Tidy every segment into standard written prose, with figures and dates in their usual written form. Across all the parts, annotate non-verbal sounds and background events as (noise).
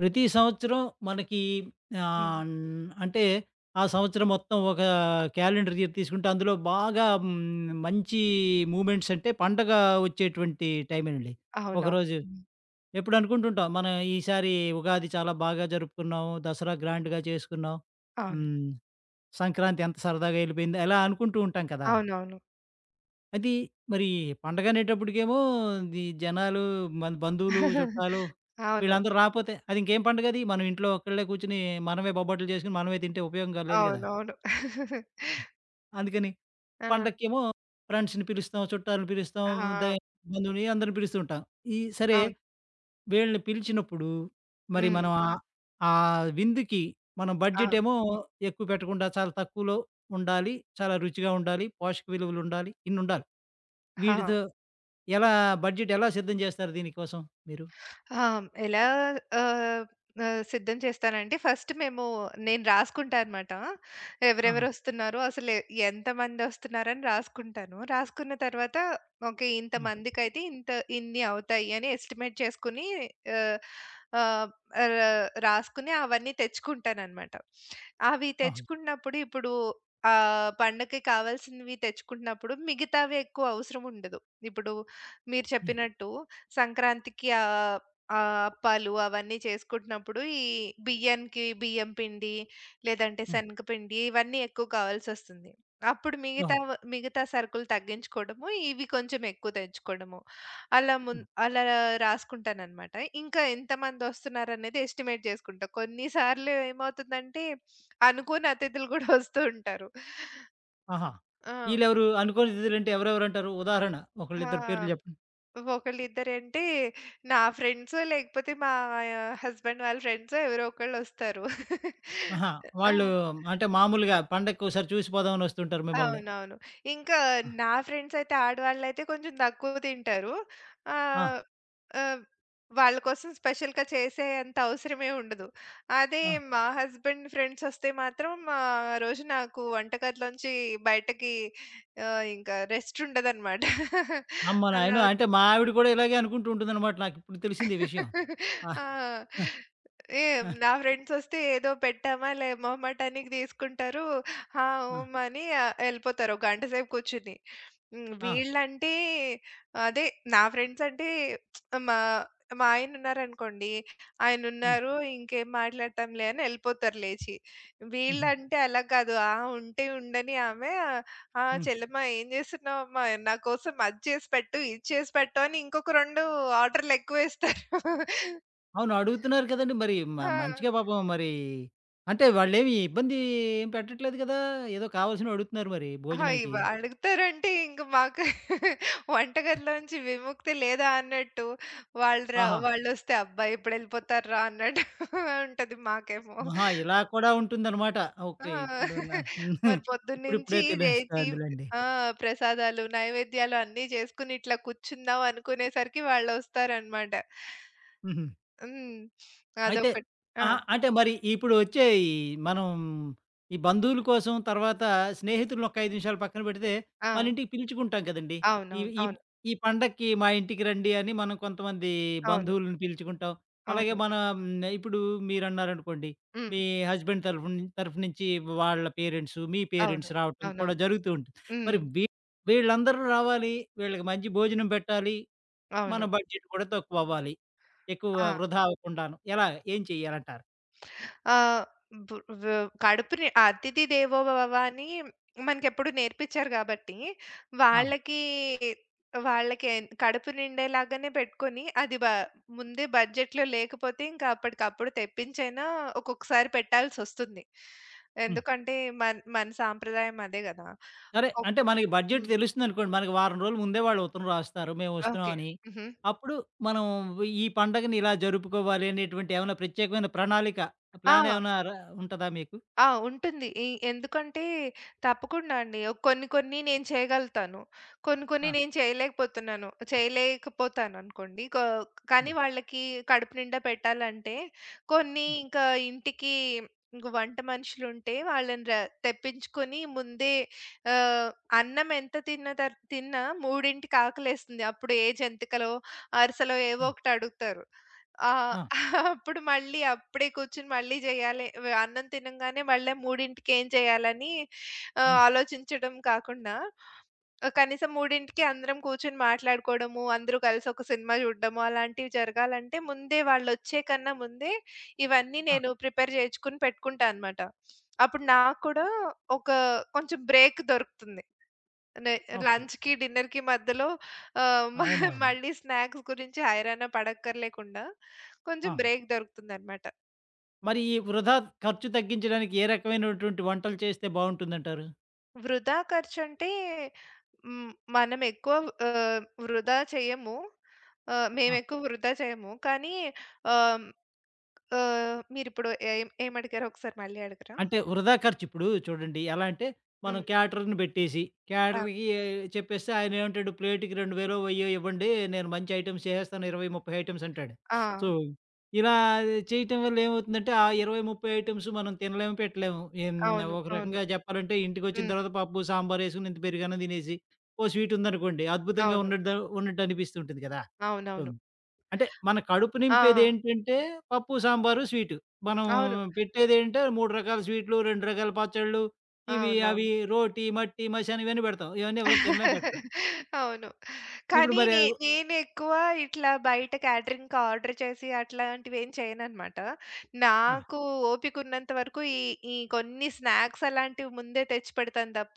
ప్రతి సంవత్సరం మనకి హ్మ్. అంటే ఆ సంవత్సరం మొత్తం ఒక క్యాలెండర్ ఇయర్ తీసుకుంటే అందులో బాగా మంచి మూమెంట్స్ అంటే పండగ వచ్చేటువంటి టైమేనండి. అవునవును. ఒకరోజు హ్మ్. ఎప్పుడు అనుకుంటుంటాం. మనం ఈసారి ఉగాది చాలా బాగా జరుపుకున్నాము. దసరా గ్రాండ్‌గా చేసుకున్నాం. అవును. హ్మ్. సంక్రాంతి ఎంత సరదాగా ఎళ్ళిపోయింది. అలా అనుకుంటూ ఉంటాం కదా! అవునవును. అది మరి పండగనేటప్పటికేమో జనాలు, మన బంధువులు, చుట్టాలు అవును. వీళ్ళందరూ రాపోతే అది ఇంకేం పండగది? మనం ఇంట్లో ఒక్కళ్ళే కూర్చొని మనమే బొబ్బట్లు చేసుకొని మనమే తింటే ఉపయోగం గా లేదు గదా! అవునవును. (laughs) అందుకని ఆ! పండక్కేమో ఫ్రెండ్స్‌ని పిలుస్తాం, చుట్టాలని పిలుస్తాం, ద ఆ! బంధువుని అందరిని పిలుస్తుంటాం. ఈ సరే అవును. వీళ్ళని పిలిచినప్పుడు మరి హ్మ్. మనం ఆ విందుకి మనం ఆ! బడ్జెట్ ఏమో ఎక్కువ పెట్టకుండా చాలా తక్కువలో ఉండాలి. చాలా రుచిగా ఉండాలి. పోషక విలువలుండాలి. ఇన్నుండాలి. ఆ! వీటితో ఎలా బడ్జెట్ ఎలా సిద్ధం చేస్తారు దీనికోసం మీరు? ఆ! ఎలా ఆహ్, ఆహ్, సిద్ధం చేస్తానంటే ఫస్ట్ నేను రాసుకుంటా అనమాట. ఆహా! ఎవరెవరొస్తున్నారో అసలు ఎంతమందొస్తున్నారని రాసుకుంటాను. రాసుకున్న తర్వాత ఓకే. ఆ! ఇంతమందికైతే ఇంత ఇన్ని అవుతాయి అని ఎస్టిమేట్ చేసుకొని ఆహ్, ఆహ్, ర రాసుకుని అవన్నీ తెచ్చుకుంటాననమాట. అవి ఓహో! తెచ్చుకున్నప్పుడు పండగకి కావాల్సినవి తెచ్చుకుంటున్నప్పుడు మిగతావి ఎక్కువ అవసరం ఉండదు. ఇప్పుడు మీరు హ్మ్. చెప్పినట్టు సంక్రాంతికి ఆ! అప్పాలు అవన్నీ చేసుకుంటున్నప్పుడు ఈ బియ్యం పిండి, లేదంటే హ్మ్. శనగపిండి ఇవన్నీ ఎక్కువ కావాల్సొస్తుంది. అప్పుడు ఓహో! మిగతా సరుకులు తగ్గించుకోవడము, ఇవి కొంచెం ఎక్కువ తెచ్చుకోవడము. హ్మ్. అలా రాసుకుంటాననమాట. ఇంకా ఎంతమందొస్తున్నారనేది ఎస్టిమేట్ చేసుకుంటా. కొన్నిసార్లు ఏమవుతుందంటే అనుకోని అతిథులు గూడా వస్తూ ఉంటారు. ఆహా! ఆ! ఈళ్ళెవరు? అనుకోని అతిథులంటే ఎవరెవరంటారు? ఉదాహరణ ఆ! ఒకళ్ళిద్దరు పేర్లు చెప్పండి. ఒకళ్ళిద్దరేంటి నా ఫ్రెండ్సో, లేకపోతే మా హస్బెండ్ వాళ్ళ ఫ్రెండ్సో ఎవరో ఒకళ్ళొస్తారు. (laughs) ఆహా! ఆ! వాళ్ళు అంటే మామూలుగా పండక్కోసారి చూసిపోదామని వస్తుంటారు మిమ్మల్ని. అవునవును. ఇంకా ఆ! నా ఫ్రెండ్సయితే ఆడవాళ్ళైతే కొంచెం తక్కువ తింటారు. ఆ! ఆహ్, ఆహ్, వాళ్ళ కోసం స్పెషల్‌గా చేసేంత అవసరమే ఉండదు. అదే ఆ! మా హస్బెండ్ ఫ్రెండ్సొస్తే మాత్రం ఆ రోజు నాకు వంటగదిలోంచి బయటకి ఇంకా రెస్టుండదనమాట. (laughs) అమ్మ అలా నాయనో! అంటే మా ఆవిడ కూడా ఇలాగే అనుకుంటూ ఉంటుందనమాట. నాకిప్పుడు తెలిసింది ఈ విషయం. ఆ! ఆ! ఆ! ఏ నా ఫ్రెండ్సొస్తే ఏదో పెట్టామా లే మొహమాటానికి తీసుకుంటారు. ఆ! ఆ! హ్మ్. అని ఎళ్ళిపోతారు. ఒక గంట సేపు కూర్చొని. హ్మ్. ఆ! వీళ్ళంటే అదే నా ఫ్రెండ్సంటే మా మా ఆయనున్నారనుకోండి. హ్మ్. ఆయనున్నారు ఇంకేం మాట్లాడతాంలే అని ఎళ్ళిపోతారు లేచి. హుహు. వీళ్ళంటే అలా కాదు. ఆ! ఉంటే ఉండని ఆమె ఆ! హ్మ్. "చెల్లెమ్మా ఏం జేస్తున్నావమ్మా? నా కోసం అది చేసి పెట్టు, ఇది చేసి పెట్టు" అని ఇంకొక 2 ఆర్డర్‌లెక్కువేస్తారు. అవును. అడుగుతున్నారు కదండీ! మరి ఆ! మంచిగా పాపం మరి అంటే వాళ్ళేమి ఇబ్బంది ఏం పెట్టట్లేదు కదా! ఏదో కావాల్సినవి అడుగుతున్నారు మరి ఆ! భోజనంకి. ఇవి అడుగుతారంటే ఇంక మాకు (laughs) వంటగదిలోంచి విముక్తి లేదా అన్నట్టు. వాళ్ళు రా ఆహా! వాళ్ళొస్తే "అబ్బా! ఎప్పుడెళ్ళిపోతార్రా" అన్నట్టు (laughs) ఉంటది మాకేమో. ఆహా! ఇలా కూడా ఉంటుందన్నమాట. ఓకే. ఆ! ఇప్పుడు నా (laughs) మరి (laughs) పొద్దున్నుంచి ఇప్పుడిప్పుడే లేచి తెలుస్తోందిలెండి. ఆ! ప్రసాదాలు, నైవేద్యాలు అన్నీ చేసుకొని ఇట్లా కూర్చుందాం అనుకునేసరికి వాళ్ళొస్తారనమాట. హుహు. హ్మ్. అయితే అదొకటి. ఆ! అహా! అంటే మరి ఇప్పుడొచ్చే ఈ మనం ఈ బంధువుల కోసం, తర్వాత స్నేహితులను ఒక 5 నిమిషాలు పక్కన పెడితే, మన ఆ! ఇంటికి పిలుచుకుంటాం కదండీ! ఈ అవునవును. ఈ అవును. ఈ పండక్కి మా ఇంటికి రండి అని మనం కొంతమంది అవును. బంధువులను పిలుచుకుంటాం. అలాగే అవును. మనం ఇప్పుడు మీరన్నారనుకోండి, హ్మ్. మీ హస్బెండ్ తరఫు నుంచి వాళ్ళ పేరెంట్స్, మీ అవును. పేరెంట్స్ రావటం కూడా అవునవును. జరుగుతూ ఉంటుంది. హ్మ్. మరి వీళ్ళందరూ రావాలి, వీళ్ళకి మంచి భోజనం పెట్టాలి. మన అవును. బడ్జెట్ కూడా తక్కువవ్వాలి. ఎక్కువ ఆ! వృధా అవ్వకుండాను. ఎలా? ఏం చేయాలంటారు? ఆహ్, బు వ కడుపుని అతిథి దేవో భవ అని మనకెప్పుడు నేర్పించారు గాబట్టి, ఆ! వాళ్ళకి వాళ్ళకి కడుపు నిండేలాగానే పెట్టుకొని, అది బ ముందే బడ్జెట్‌లో లేకపోతే ఇంకా అప్పటికప్పుడు తెప్పించైనా ఒక్కొక్కసారి పెట్టాల్సొస్తుంది. హ్మ్. ఎందుకంటే, మన మన సాంప్రదాయం అదే గదా! సరే. ఒక్ అంటే మనకి బడ్జెట్ హ్మ్. తెలుస్తుందనుకోండి. మనకి వారం రోజుల ముందే వాళ్ళు ఉత్తరం రాస్తారు. ఓకే. మేమొస్తున్నామని. హుహు. అప్పుడు మనం ఈ పండగని ఇలా జరుపుకోవాలి అనేటువంటి ఏమైనా ప్రత్యేకమైన ప్రణాళిక, ప్లాన్ ఆ! ఏమైనా ర ఉంటదా మీకు? ఆ! ఉంటుంది. ఈ ఎందుకంటే తప్పకుండా అండి. కొన్ని కొన్ని నేను చేయగలుగుతాను. కొన్ని కొన్ని ఆ! నేను చేయలేకపోతున్నాను. చేయలేకపోతాననుకోండి. క ఆ! కానీ వాళ్ళకి కడుపు నిండా పెట్టాలంటే కొన్ని హ్మ్. ఇంకా ఇంటికి ఇంక వంట మనుషులుంటే వాళ్ళని ర తెప్పించుకొని ముందే ఆహ్, అన్నం ఎంత తిన్న తర్ తిన్నా 3కి ఆకలేస్తుంది. అప్పుడు ఏ జంతికలో, అరిసెలో ఏవో హ్మ్. ఒకటి అడుగుతారు. ఆ! ఆ! అప్పుడు మళ్ళీ అప్పుడే కూర్చొని మళ్ళీ చేయాలి. అన్నం తినంగానే మళ్ళా 3కి ఏం చేయాలని హ్మ్. ఆలోచించడం కాకుండా కనీసం 3కి అందరం కూర్చొని మాట్లాడుకోవడము, అందరూ కలిసి ఒక సినిమా చూడడము అలాంటివి జరగాలంటే ముందే వాళ్ళొచ్చే కన్నా ముందే ఇవన్నీ ఆ! నేను ప్రిపేర్ చేయించుకొని పెట్టుకుంటా అనమాట. అప్పుడు నాకు కూడా ఒక కొంచెం బ్రేక్ దొరుకుతుంది. నె ఓకే. లంచ్‌కి, డిన్నర్‌కి మధ్యలో ఆహ్, మ (laughs) అవునవును. మళ్ళీ స్నాక్స్ గురించి హైరానా పడక్కర్లేకుండా కొంచెం ఆ! బ్రేక్ దొరుకుతుందనమాట. మరి ఈ వృధా ఖర్చు తగ్గించడానికి ఏ రకమైనటువంటి వంటలు చేస్తే బావుంటుందంటారు? వృధా ఖర్చంటే హ్మ్, మనం ఎక్కువ వృధా చెయ్యము. మేమెక్కువ వృధా చేయము. కానీ ఆహ్, ఆహ్, మీరిప్పుడు ఏం ఏం అడిగారో ఒకసారి మళ్ళీ అడగరా? అంటే వృధా ఖర్చు. ఇప్పుడు చూడండి ఎలా అంటే, మనం హ్మ్. క్యాటరర్‌ని పెట్టేసి, ఆ! క్యాటరర్‌కి చెప్పేస్తే ఆయనేమంటాడు, "ప్లేట్‌కి 2000 వెయ్యో ఇవ్వండి. నేను మంచి ఐటెమ్స్ చేసేస్తాను. 20, 30 ఐటెమ్స్" అంటాడు. ఆ! సో, ఇలా చేయటం వల్ల ఏమవుతుందంటే, ఆ 20, 30 ఐటెమ్స్ మనం తినలేము, పెట్టలేము. ఎన్ అవును. ఒక అవును. రకంగా చెప్పాలంటే ఇంటికొచ్చిన హ్మ్. తర్వాత పప్పు, సాంబార్ ఏసుకొని ఇంత పెరుగన్నం తినేసి, ఓ స్వీట్ ఉందనుకోండి, అద్భుతంగా అవును. ఉన్నట్టు ఉన్నట్టు అనిపిస్తుంటుంది కదా! సో అవునవును. అంటే మన కడుపు ఆ! నింపేదేంటంటే పప్పు, సాంబారు, స్వీటు. మనం అవును. పెట్టేదేంటే 3 రకాల స్వీట్లు, 2 రకాల పచ్చళ్ళు, ఇవి, అవి, అవునవును. రోటి, మట్టి, మశానం ఇవన్నీ పెడతాం. ఇవన్నీ ఎవరు తినలే పెట్టరు. అవును. ఇప్పుడు కానీ మరి నే అది నేనెక్కువ ఇట్లా బయట క్యాటరింగ్‌కి ఆర్డర్ చేసి అట్లాంటివేం చేయననమాట. ఆ! నాకు ఓపికున్నంత వరకు ఈ ఈ కొన్ని స్నాక్స్ అలాంటివి ముందే తెచ్చిపెడతాను తప్ప,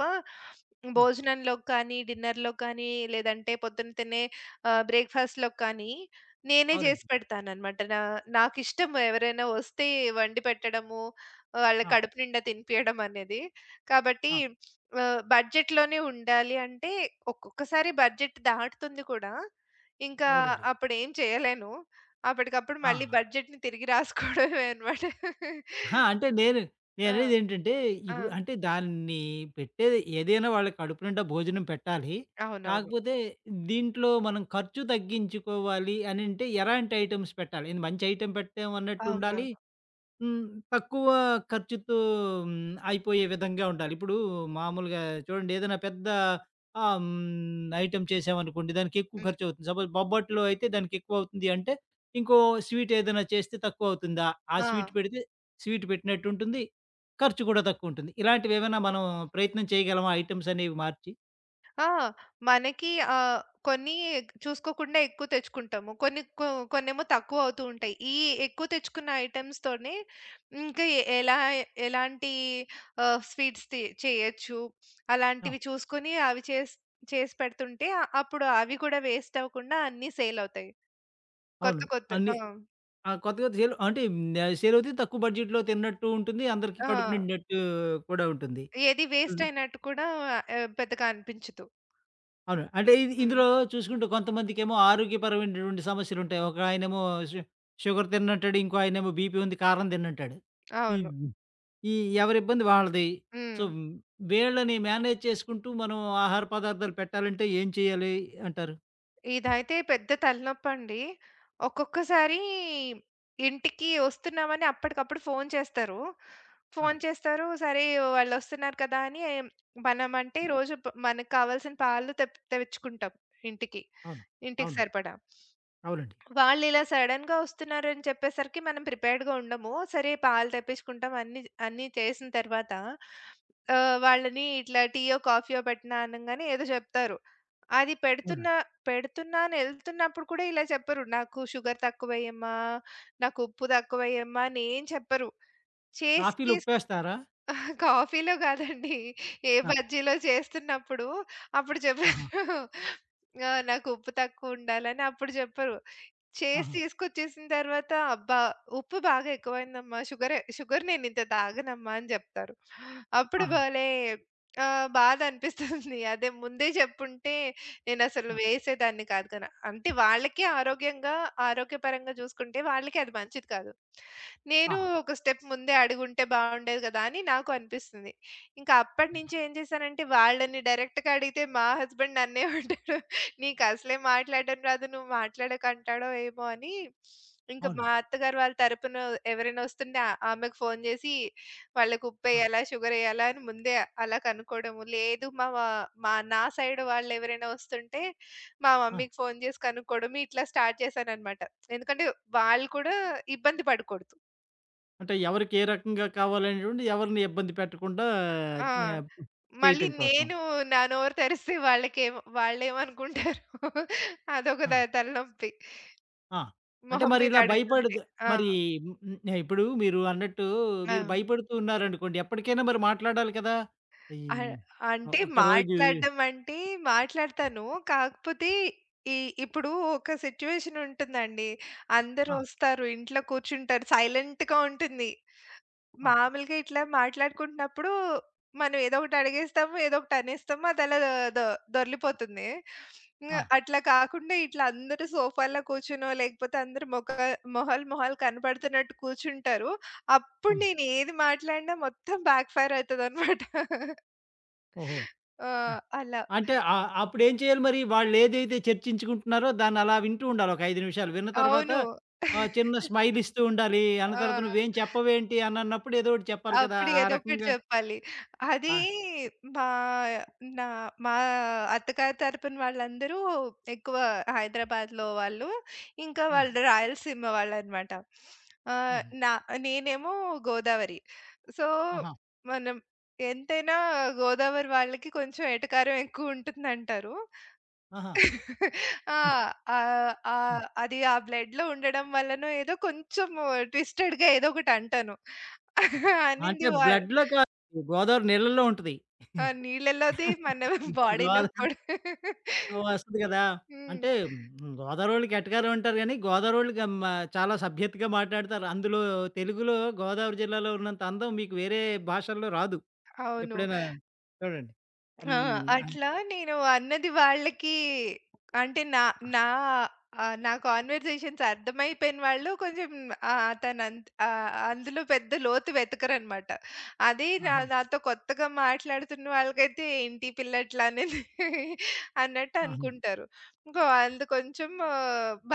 ఆ! భోజనంలోకి కానీ, డిన్నర్‌లోకి కానీ, లేదంటే పొద్దున తినే బ్రేక్‌ఫాస్ట్‌లోకి కానీ, నేనే జేసి అవునండి. పెడతాననమాట. నాకిష్టం ఎవరైనా వస్తే వండి పెట్టడము, వాళ్ళ ఆ! కడుపు నిండా తినిపియడం అనేది. కాబట్టి ఆ! బడ్జెట్‌లోనే ఉండాలి అంటే, ఒక్కొక్కసారి బడ్జెట్ దాటుతుంది కూడా. ఇంకా అవునండి. అప్పుడేం చేయలేను. అప్పటికప్పుడు ఆ! మళ్ళీ బడ్జెట్‌ని తిరిగి రాసుకోవడమే అనమాట. ఆ! అంటే నేను ఆ! నేననేదేంటంటే ఆ! ఇప్పుడు అంటే దాన్ని పెట్టేది ఏదైనా వాళ్ళ కడుపు నిండా భోజనం పెట్టాలి. అవునవును. కాకపోతే దీంట్లో మనం ఖర్చు తగ్గించుకోవాలి అనంటే ఎలాంటి ఐటెమ్స్ పెట్టాలి? ఇది మంచి ఐటెమ్ పెట్టామన్నట్టుండాలి. అవునవును. హ్మ్. తక్కువ ఖర్చుతో హ్మ్, అయిపోయే విధంగా ఉండాలి. ఇప్పుడు మామూలుగా చూడండి ఏదైనా పెద్ద ఐటెమ్ చేసామనుకోండి దానికెక్కువ హ్మ్. ఖర్చవుతుంది. సపోజ్ బొబ్బట్లో అయితే దానికెక్కువవుతుంది అంటే, ఇంకో స్వీట్ ఏదైనా చేస్తే తక్కువవుతుందా? ఆ ఆ! స్వీట్ పెడితే స్వీట్ పెట్టినట్టుంటుంది. ఖర్చు కూడా తక్కువుంటుంది. ఇలాంటివేమైనా మనం ప్రయత్నం చేయగలమా ఐటెమ్స్ అనేవి మార్చి? ఆ! మనకి ఆహ్, కొన్ని చూసుకోకుండా ఎక్కువ తెచ్చుకుంటాము. కొన్ని కొ కొన్నేమో తక్కువ అవుతూ ఉంటాయి. ఈ ఎక్కువ తెచ్చుకున్న ఐటెమ్స్‌తోనే ఇంకా ఎ ఎలా ఎలాంటి స్వీట్స్ చేయొచ్చు, ఆ! అలాంటివి చూసుకొని అవి చేసి చేసి పెడుతుంటే అప్పుడు అవి కూడా వేస్ట్ అవ్వకుండా అన్నీ సేల్ అవుతాయి. కొత్త అవును. కొత్త అన్నీ ఆ! ఆ! కొత్త కొత్త సేల్ అంటే సేలవుతాయి. తక్కువ బడ్జెట్‌లో తిన్నట్టు ఉంటుంది. అందరికీ ఆ! కడుపు నిండినట్టు కూడా ఉంటుంది. ఏది వేస్ట్ హ్మ్. అయినట్టు కూడా పెద్దగా అనిపించదు. అవును. అంటే ఇది హ్మ్. ఇందులో చూసుకుంటే కొంతమందికేమో ఆరోగ్యపరమైనటువంటి సమస్యలుంటాయి. ఒక ఆయనేమో షు షుగర్ తిననంటాడు. ఇంకో ఆయనేమో బీపీ ఉంది కారం తిననంటాడు. ఈ అవును. ఈ ఎవరిబ్బంది వాళ్ళది. హ్మ్. సో, వీళ్ళని మేనేజ్ చేసుకుంటూ మనం ఆహార పదార్థాలు పెట్టాలంటే ఏం చేయాలి అంటారు? ఇదైతే పెద్ద తలనొప్పండి. ఒక్కొక్కసారి ఇంటికి వస్తున్నామని అప్పటికప్పుడు ఫోను చేస్తారు. ఆ! ఫోను చేస్తారు. సరే వాళ్ళొస్తున్నారు కదా! అని మనమంటే రోజు ప మనకు కావాల్సిన పాలు తెప్ తెచ్చుకుంటాం ఇంటికి. అవును. ఇంటికి అవును. సరిపడా. అవునండి. వాళ్ళిలా సడెన్‌గా వస్తున్నారని చెప్పేసరికి మనం ప్రిపేర్డ్‌గా ఉండము. సరే పాలు తెప్పించుకుంటాం అన్నీ అన్నీ చేసిన తర్వాత వాళ్ళని ఇట్లా టీయో, కాఫీయో పెట్టనా అనంగానే ఏదో చెప్తారు. అది పెడుతున్నా అవునండి. పెడుతున్నాను ఎళ్తున్నప్పుడు కూడా ఇలా చెప్పరు. నాకు షుగర్ తక్కువేయమ్మా, నాకు ఉప్పు తక్కువేయమ్మా అని ఏం చెప్పరు. చేసి కాఫీలో తీసు ఉప్పేస్తారా? (laughs) కాఫీలో కాదండి. ఏ ఆ! బజ్జీలో చేస్తున్నప్పుడు అప్పుడు ఆహా! చెప్పరు. నాకు ఉప్పు తక్కువ ఉండాలని అప్పుడు చెప్పరు. చేసి ఆహా! తీసుకొచ్చేసిన తర్వాత, "అబ్బా! ఉప్పు బాగా ఎక్కువైందమ్మా. షుగర్ నేనింత తాగనమ్మా" అని జెప్తారు. అప్పుడు ఆహా! భలే బాధనిపిస్తుంది. అదే ముందే జెప్పుంటే నేనసలు ఆ! వేసేదాన్ని కాదు కదా! అంటే వాళ్ళకి ఆరోగ్యంగా, ఆరోగ్యపరంగా జూసుకుంటే వాళ్ళకి అది మంచిది కాదు. ఆ! నేను ఒక స్టెప్ ముందే అడుగుంటే బావుండేది గదా! అని నాకు అనిపిస్తుంది. ఇంకా అప్పటినుంచి ఏం జేశానంటే వాళ్ళని డైరెక్ట్‌గా అడిగితే మా హస్బెండ్ నన్నే (laughs) అంటాడు. నీకసలే మాట్లాడడం రాదు. నువ్వు మాట్లాడకు అంటాడో ఏమో అని, ఇంక అవును. మా అత్తగారు వాళ్ళ తరపున ఎవరైనా వస్తుంటే ఆమెకు ఫోను జేసి, వాళ్ళకి ఆ! ఉప్పేయాలా? షుగరేయాలా? అని ముందే అలా కనుక్కోవడము. లేదు మా వ మా సైడ్ వాళ్ళెవరైనా వస్తుంటే, మా ఆ! మమ్మీకి ఫోను జేసి కనుక్కోవడము. ఇట్లా స్టార్ట్ చేశాననమాట. ఎందుకంటే వాళ్ళు కూడా ఇబ్బంది పడకూడదు. అంటే ఎవరికి ఏ రకంగా కావాలనేటువంటిది ఎవరిని ఇబ్బంది పెట్టకుండా ఆ! జ్ఞ మళ్ళీ చేయటం కోసం. నేను నా నోరు తెరిస్తే వాళ్ళకేమో వాళ్ళేమనుకుంటారో (laughs) అదొక ఆ! తలనొప్పి. ఆ! అంటే మొహం మరి మీద ఇలా అడుగుతుంటే. భయపడదు ఆ! మరి హ్మ్. ఇప్పుడు మీరు అన్నట్టు ఆ! మీరు భయపడుతూ ఉన్నారనుకోండి, ఎప్పటికైనా మరి మాట్లాడాలి కదా! ఈ అహ్, అంటే ఒకరోజు మాట్లాడడం అంటే మాట్లాడతాను. కాకపోతే ఈ ఇప్పుడు ఒక సిట్యుయేషన్ ఉంటుందండి. ఆ! అందరొస్తారు, ఇంట్లో కూర్చుంటారు, సైలెంట్‌గా ఉంటుంది. ఆ! మామూలుగా ఇట్లా మాట్లాడుకుంటున్నప్పుడు మనం ఏదో ఒకటి అడిగేస్తాము, ఏదో ఒకటి అనేస్తాము దొర్లిపోతుంది. ఇంగ ఆ! అట్లా కాకుండా ఇట్లా అందరూ సోఫాల్లో కూర్చునో, లేకపోతే అందరూ మొహాలు మొహాలు కనపడుతున్నట్టు కూర్చుంటారు. అప్పుడు హ్మ్. నేను ఏది మాట్లాడినా మొత్తం బ్యాక్ ఫైర్ అయితదనమాట. ఓహో! ఆ! ఆ! అలా. అంటే అప్పుడేం చేయాలి మరి? వాళ్ళేదైతే చర్చించుకుంటున్నారో దాన్ని అలా వింటూ ఉండాలి ఒక 5 నిమిషాలు. విన్న తర్వాత అవును. చిన్న (laughs) స్మైల్ ఇస్తూ ఉండాలి. అన్న ఆ! తర్వాత నువ్వేం చెప్పవేంటి అని అన్నప్పుడు ఏదో ఒకటి చెప్పాలి కదా! అప్పుడు ఆ ఏదో ఒకటి రకంగా చెప్పాలి. అది ఆ! మా నా మా అత్తగారి తరపున వాళ్ళందరూ ఎక్కువ హైదరాబాద్‌లో వాళ్ళు. ఇంకా హ్మ్. వాళ్ళు రాయలసీమ వాళ్ళనమాట. ఆహ్, హుహు. నా నేనేమో గోదావరి. సో, ఆహా! మనం ఎంతైనా గోదావరి వాళ్ళకి కొంచెం ఎటకారం ఎక్కువుంటుందంటారు. (laughs) ఆ! ఆహా! ఆహ్, ఆహ్, అది ఆ బ్లడ్‌లో ఉండడం వల్లనో ఏదో కొంచెము ట్విస్టెడ్‌గా ఏదో ఒకటి అంటాను. (laughs) అనింది అంటే వా బ్లడ్‌లో కాదు. గోదావరి నీళ్ళల్లో ఉంటది. ఆ! నీళ్ళలోది మన (laughs) బాడీలో గోదావరి (laughs) కూడా వస్తది కదా! అంటే హ్మ్. గోదావరోళ్ళకి ఎటకారం అంటారు గానీ, గోదావరోళ్ళు గం చాలా సభ్యతగా మాట్లాడతారు. అందులో తెలుగులో గోదావరి జిల్లాలో ఉన్నంత అందం మీకు వేరే భాషల్లో రాదు. అవును. ఎప్పుడైనా చూడండి. ఆ! హ్మ్. అట్లా నేను అన్నది వాళ్ళకి అంటే నా నా ఆహ్, నా కన్వర్జేషన్స్ అర్థమైపోయిన వాళ్ళు కొంచెం అందులో పెద్ద లోతు వెతకరనమాట. అదే ఆహా! నాతో కొత్తగా మాట్లాడుతున్న వాళ్ళకైతే ఏంటి ఈ పిల్ల ఇట్లా అనేది (laughs) అన్నట్టు ఆహా! అనుకుంటారు. ఇంకో అందు కొంచెం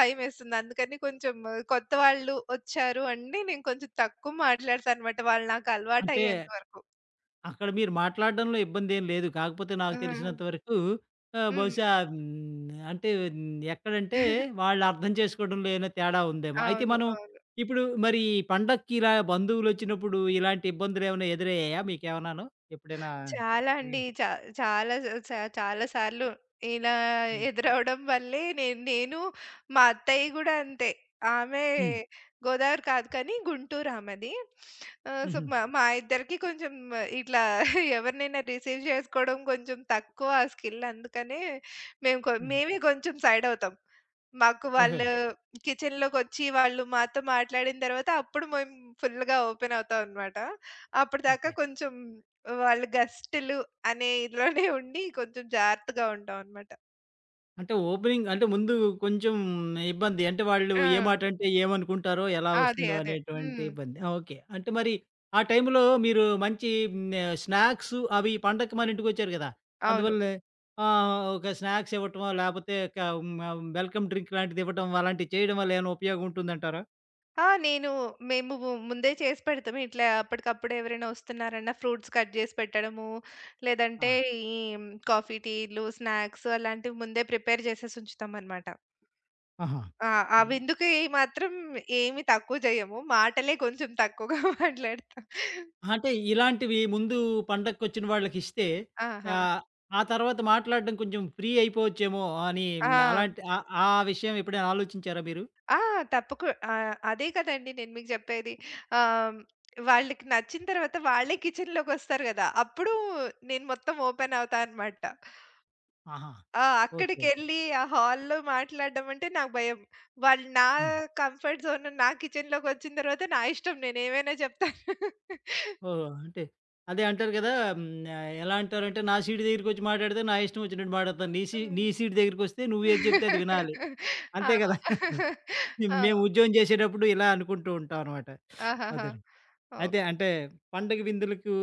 భయమేస్తుంది. అందుకని కొంచెం కొత్త వాళ్ళు వచ్చారు అంటే నేను కొంచెం తక్కువ మాట్లాడతాననమాట. వాళ్ళు నాకు అంటే అలవాటయ్యేంత వరకు. అక్కడ మీరు మాట్లాడడంలో ఇబ్బందేం లేదు. కాకపోతే ఆ! నాకు తెలిసినంత వరకు హ్మ్. బహుశా ఎక్కడంటే (laughs) వాళ్ళు అర్థం చేసుకోవడంలో ఏమైనా తేడా ఉందేమో! అయితే అవును. మనం అవును. ఇప్పుడు మరి ఈ పండక్కి ఇలా బంధువులొచ్చినప్పుడు ఇలాంటి ఇబ్బందులేమైనా ఎదురయ్యాయా మీకేమన్నాను? ఎప్పుడైనా? చాలా హ్మ్. అండి. చా చాలా స చాలా సార్లు ఇలా హ్మ్. ఎదురవ్వడం వల్లే నేను నేను మా అత్తయ్య గూడా అంతే. ఆమె హ్మ్. గోదావరి కాదు కానీ గుంటూరు ఆమెది. ఆహ్, సో, హుహు. మా మా ఇద్దరికీ కొంచెం ఇట్లా (laughs) ఎవరినైనా రిసీవ్ చేసుకోవడం కొంచెం తక్కువ ఆ స్కిల్. అందుకనే మేము కొ హ్మ్. మేమే కొంచెం సైడ్ అవుతాం. మాకు ఓహో! వాళ్ళు వాళ్ళు మాతో మాట్లాడిన తర్వాత అప్పుడు మేము ఫుల్‌గా ఓపెన్ అవుతామనమాట. అప్పటిదాకా ఓకే. కొంచెం వాళ్ళు గెస్టులు అనే ఇదిలోనే (laughs) ఉండి కొంచెం జాగ్రత్తగా ఉంటామనమాట. అంటే ఓపెనింగ్ అంటే ముందు కొంచెం ఇబ్బంది. అంటే వాళ్ళు ఏ ఆ! మాటంటే ఏమనుకుంటారో, ఎలా అదే. వస్తుందో అదే. అనేటువంటి హ్మ్. ఇబ్బంది. ఆ! ఓకే. అంటే మరి ఆ టైంలో మీరు మంచి స్నాక్స్ అవి పండక్కి మన ఇంటికొచ్చారు గదా! అవును. అందువల్లే ఒక స్నాక్స్ ఇవ్వటమో, లేపోతే ఒక వెల్కమ్ డ్రింక్ లాంటిది ఇవ్వటం అలాంటివి చేయడం వల్ల ఏమైనా ఉపయోగం ఉంటుందంటారా? ఆ! మేము ముందే చేసి పెడతాం. ఇట్లా అప్పటికప్పుడు ఎవరైనా వస్తున్నారన్నా ఫ్రూట్స్ కట్ జేసి పెట్టడము, ఆ! లేదంటే ఈ కాఫీ, టీలు, స్నాక్స్ అలాంటివి ముందే ప్రిపేర్ చేసేసి ఉంచుతామనమాట. ఆహా! ఆ! ఆ విందుకి మాత్రం ఏమి తక్కువ జేయము. మాటలే కొంచెం తక్కువగా (laughs) మాట్లాడతాం. అంటే ఇలాంటివి ముందు పండక్కొచ్చిన వాళ్ళకిస్తే ఆహా! ఆహ్, ఆ ఆ తర్వాత మాట్లాడడం కొంచెం ఫ్రీ అయిపోవచ్చేమో అని ఆ! అలాంటి ఆ ఆ విషయం ఎప్పుడైనా ఆలోచించారా మీరు? ఆ! తప్పకు అదే కదండీ నేను మీకు చెప్పేది. ఆహ్, వాళ్ళకి నచ్చిన తర్వాత వాళ్ళే కిచెన్‌లోకొస్తారు గదా! అప్పుడు నేను మొత్తం ఓపెన్ అవుతా అనమాట. ఆహా! ఆ! ఓకే. ఓకే. అక్కడికెళ్ళి ఆ హాల్‌లో మాట్లాడడం అంటే నాకు భయం. వాళ్ళు నా హ్మ్. కంఫర్ట్ జోన్ నా కిచెన్‌లోకొచ్చిన తర్వాత నా ఇష్టం నేనేమైనా చెప్తాను. ఓహో! అంటే అదే అంటారు కదా! హ్మ్. ఎలా అంటారంటే నా సీటు దగ్గరికొచ్చి మాట్లాడితే నా ఇష్టం వచ్చినట్టు మాట్లాడతాను. నీ హ్మ్. సీటు దగ్గరికొస్తే నువ్వేది చెప్తే అది వినాలి. ఆ! అంతే కదా! (laughs) ఆ! మేము ఉద్యోగం చేసేటప్పుడు ఇలా అనుకుంటూ ఉంటాం అనమాట. ఆహాహా! అదే. ఓహ్! అయితే అంటే పండగ విందులకు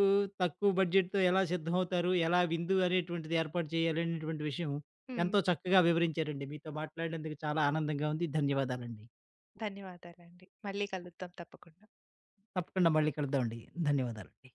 తక్కువ బడ్జెట్‌తో ఎలా సిద్ధమవుతారు? ఎలా విందు అనేటువంటిది ఏర్పాటు చేయాలి అనేటువంటి విషయం హ్మ్. ఎంతో చక్కగా వివరించారండి. మీతో మాట్లాడినందుకు చాలా ఆనందంగా ఉంది. ధన్యవాదాలండి. ధన్యవాదాలండి. మళ్ళీ కలుద్దాం తప్పకుండా. తప్పకుండా మళ్ళీ కలుద్దామండి. ధన్యవాదాలండి.